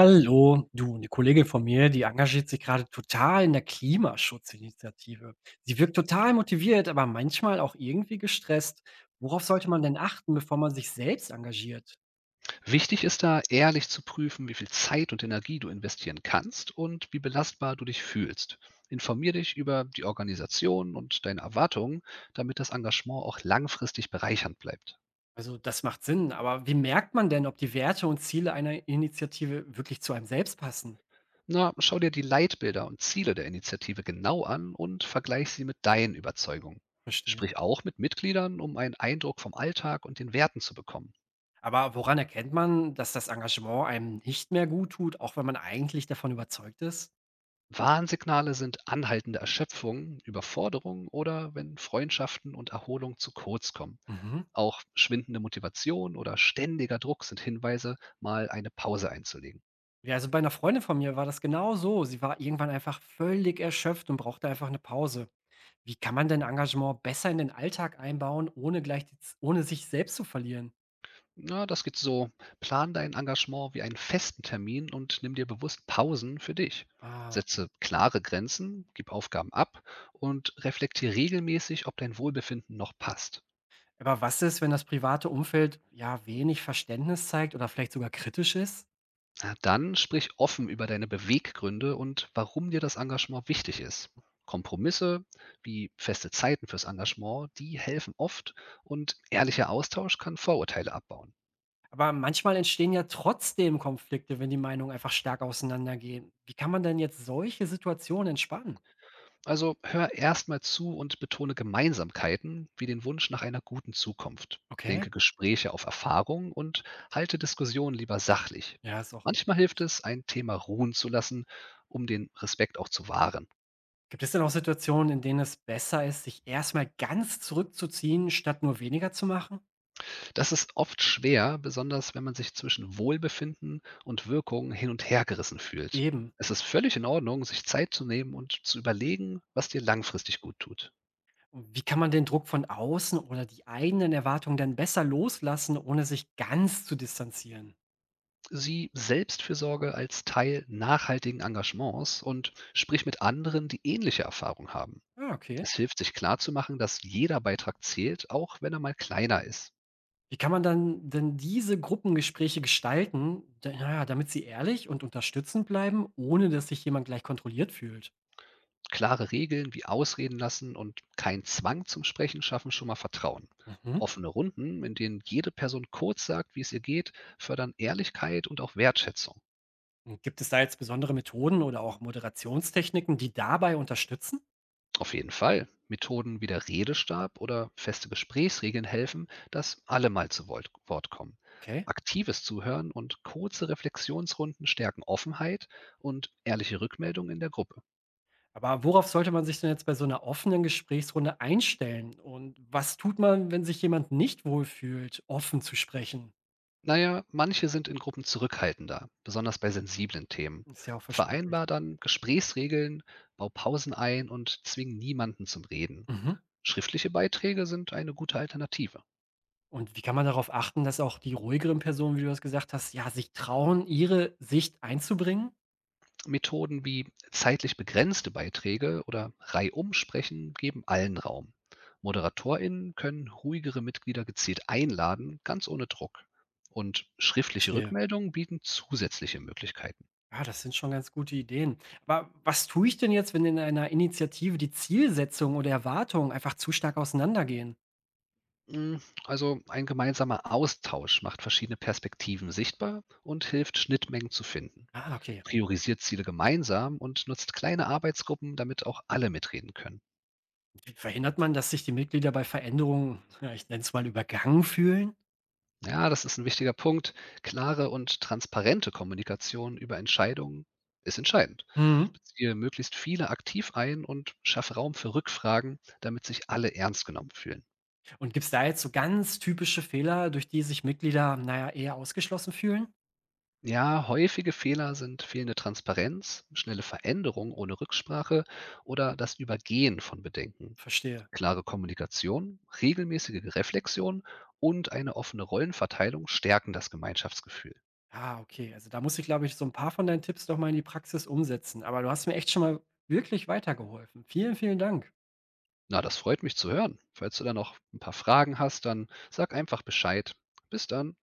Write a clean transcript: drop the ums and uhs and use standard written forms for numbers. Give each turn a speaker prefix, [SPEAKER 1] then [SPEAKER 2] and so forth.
[SPEAKER 1] Hallo, du, eine Kollegin von mir, die engagiert sich gerade total in der Klimaschutzinitiative. Sie wirkt total motiviert, aber manchmal auch irgendwie gestresst. Worauf sollte man denn achten, bevor man sich selbst engagiert?
[SPEAKER 2] Wichtig ist da, ehrlich zu prüfen, wie viel Zeit und Energie du investieren kannst und wie belastbar du dich fühlst. Informier dich über die Organisation und deine Erwartungen, damit das Engagement auch langfristig bereichernd bleibt.
[SPEAKER 1] Also das macht Sinn, aber wie merkt man denn, ob die Werte und Ziele einer Initiative wirklich zu einem selbst passen?
[SPEAKER 2] Na, schau dir die Leitbilder und Ziele der Initiative genau an und vergleich sie mit deinen Überzeugungen.
[SPEAKER 1] Verstehe.
[SPEAKER 2] Sprich auch mit Mitgliedern, um einen Eindruck vom Alltag und den Werten zu bekommen.
[SPEAKER 1] Aber woran erkennt man, dass das Engagement einem nicht mehr gut tut, auch wenn man eigentlich davon überzeugt ist?
[SPEAKER 2] Warnsignale sind anhaltende Erschöpfung, Überforderung oder wenn Freundschaften und Erholung zu kurz kommen.
[SPEAKER 1] Mhm.
[SPEAKER 2] Auch schwindende Motivation oder ständiger Druck sind Hinweise, mal eine Pause einzulegen.
[SPEAKER 1] Ja, also bei einer Freundin von mir war das genau so. Sie war irgendwann einfach völlig erschöpft und brauchte einfach eine Pause. Wie kann man denn Engagement besser in den Alltag einbauen, ohne gleich die z ohne sich selbst zu verlieren?
[SPEAKER 2] Na, das geht so. Plan dein Engagement wie einen festen Termin und nimm dir bewusst Pausen für dich.
[SPEAKER 1] Ah, mhm.
[SPEAKER 2] Setze klare Grenzen, gib Aufgaben ab und reflektiere regelmäßig, ob dein Wohlbefinden noch passt.
[SPEAKER 1] Aber was ist, wenn das private Umfeld, ja, wenig Verständnis zeigt oder vielleicht sogar kritisch ist?
[SPEAKER 2] Na, dann sprich offen über deine Beweggründe und warum dir das Engagement wichtig ist. Kompromisse wie feste Zeiten fürs Engagement, die helfen oft und ehrlicher Austausch kann Vorurteile abbauen.
[SPEAKER 1] Aber manchmal entstehen ja trotzdem Konflikte, wenn die Meinungen einfach stark auseinandergehen. Wie kann man denn jetzt solche Situationen entspannen?
[SPEAKER 2] Also hör erstmal zu und betone Gemeinsamkeiten wie den Wunsch nach einer guten Zukunft.
[SPEAKER 1] Okay.
[SPEAKER 2] Lenke Gespräche auf Erfahrung und halte Diskussionen lieber sachlich.
[SPEAKER 1] Ja, ist auch immer
[SPEAKER 2] Manchmal hilft
[SPEAKER 1] wichtig.
[SPEAKER 2] es, ein Thema ruhen zu lassen, um den Respekt auch zu wahren.
[SPEAKER 1] Gibt es denn auch Situationen, in denen es besser ist, sich erstmal ganz zurückzuziehen, statt nur weniger zu machen?
[SPEAKER 2] Das ist oft schwer, besonders wenn man sich zwischen Wohlbefinden und Wirkung hin und her gerissen fühlt.
[SPEAKER 1] Eben.
[SPEAKER 2] Es ist völlig in Ordnung, sich Zeit zu nehmen und zu überlegen, was dir langfristig gut tut.
[SPEAKER 1] Und wie kann man den Druck von außen oder die eigenen Erwartungen dann besser loslassen, ohne sich ganz zu distanzieren?
[SPEAKER 2] Sie Selbstfürsorge als Teil nachhaltigen Engagements und sprich mit anderen, die ähnliche Erfahrungen haben.
[SPEAKER 1] Ja, okay.
[SPEAKER 2] Es hilft, sich klarzumachen, dass jeder Beitrag zählt, auch wenn er mal kleiner ist.
[SPEAKER 1] Wie kann man dann denn diese Gruppengespräche gestalten, naja, damit sie ehrlich und unterstützend bleiben, ohne dass sich jemand gleich kontrolliert fühlt?
[SPEAKER 2] Klare Regeln wie Ausreden lassen und kein Zwang zum Sprechen schaffen schon mal Vertrauen.
[SPEAKER 1] Mhm.
[SPEAKER 2] Offene Runden, in denen jede Person kurz sagt, wie es ihr geht, fördern Ehrlichkeit und auch Wertschätzung.
[SPEAKER 1] Und gibt es da jetzt besondere Methoden oder auch Moderationstechniken, die dabei unterstützen?
[SPEAKER 2] Auf jeden Fall. Methoden wie der Redestab oder feste Gesprächsregeln helfen, dass alle mal zu Wort kommen.
[SPEAKER 1] Okay.
[SPEAKER 2] Aktives Zuhören und kurze Reflexionsrunden stärken Offenheit und ehrliche Rückmeldung in der Gruppe.
[SPEAKER 1] Aber worauf sollte man sich denn jetzt bei so einer offenen Gesprächsrunde einstellen? Und was tut man, wenn sich jemand nicht wohlfühlt, offen zu sprechen?
[SPEAKER 2] Naja, manche sind in Gruppen zurückhaltender, besonders bei sensiblen Themen.
[SPEAKER 1] Ist ja auch verständlich.
[SPEAKER 2] Vereinbar dann Gesprächsregeln, bau Pausen ein und zwing niemanden zum Reden.
[SPEAKER 1] Mhm.
[SPEAKER 2] Schriftliche Beiträge sind eine gute Alternative.
[SPEAKER 1] Und wie kann man darauf achten, dass auch die ruhigeren Personen, wie du das gesagt hast, ja, sich trauen, ihre Sicht einzubringen?
[SPEAKER 2] Methoden wie zeitlich begrenzte Beiträge oder Reihum-Sprechen geben allen Raum. ModeratorInnen können ruhigere Mitglieder gezielt einladen, ganz ohne Druck. Und schriftliche
[SPEAKER 1] Verstehe.
[SPEAKER 2] Rückmeldungen bieten zusätzliche Möglichkeiten.
[SPEAKER 1] Ja, das sind schon ganz gute Ideen. Aber was tue ich denn jetzt, wenn in einer Initiative die Zielsetzung oder Erwartungen einfach zu stark auseinandergehen?
[SPEAKER 2] Mm, Also ein gemeinsamer Austausch macht verschiedene Perspektiven sichtbar und hilft, Schnittmengen zu finden.
[SPEAKER 1] Ah, okay.
[SPEAKER 2] Priorisiert Ziele gemeinsam und nutzt kleine Arbeitsgruppen, damit auch alle mitreden können.
[SPEAKER 1] Wie verhindert man, dass sich die Mitglieder bei Veränderungen, ja, ich nenne es mal, übergangen fühlen?
[SPEAKER 2] Ja, das ist ein wichtiger Punkt. Klare und transparente Kommunikation über Entscheidungen ist entscheidend.
[SPEAKER 1] Mhm.
[SPEAKER 2] Beziehe möglichst viele aktiv ein und schaffe Raum für Rückfragen, damit sich alle ernst genommen fühlen.
[SPEAKER 1] Und gibt es da jetzt so ganz typische Fehler, durch die sich Mitglieder, naja, eher ausgeschlossen fühlen?
[SPEAKER 2] Ja, häufige Fehler sind fehlende Transparenz, schnelle Veränderung ohne Rücksprache oder das Übergehen von Bedenken.
[SPEAKER 1] Verstehe.
[SPEAKER 2] Klare Kommunikation, regelmäßige Reflexion und eine offene Rollenverteilung stärken das Gemeinschaftsgefühl.
[SPEAKER 1] Ah, okay. Also da muss ich, glaube ich, so ein paar von deinen Tipps doch mal in die Praxis umsetzen. Aber du hast mir echt schon mal wirklich weitergeholfen. Vielen, vielen Dank.
[SPEAKER 2] Na, das freut mich zu hören. Falls du da noch ein paar Fragen hast, dann sag einfach Bescheid. Bis dann.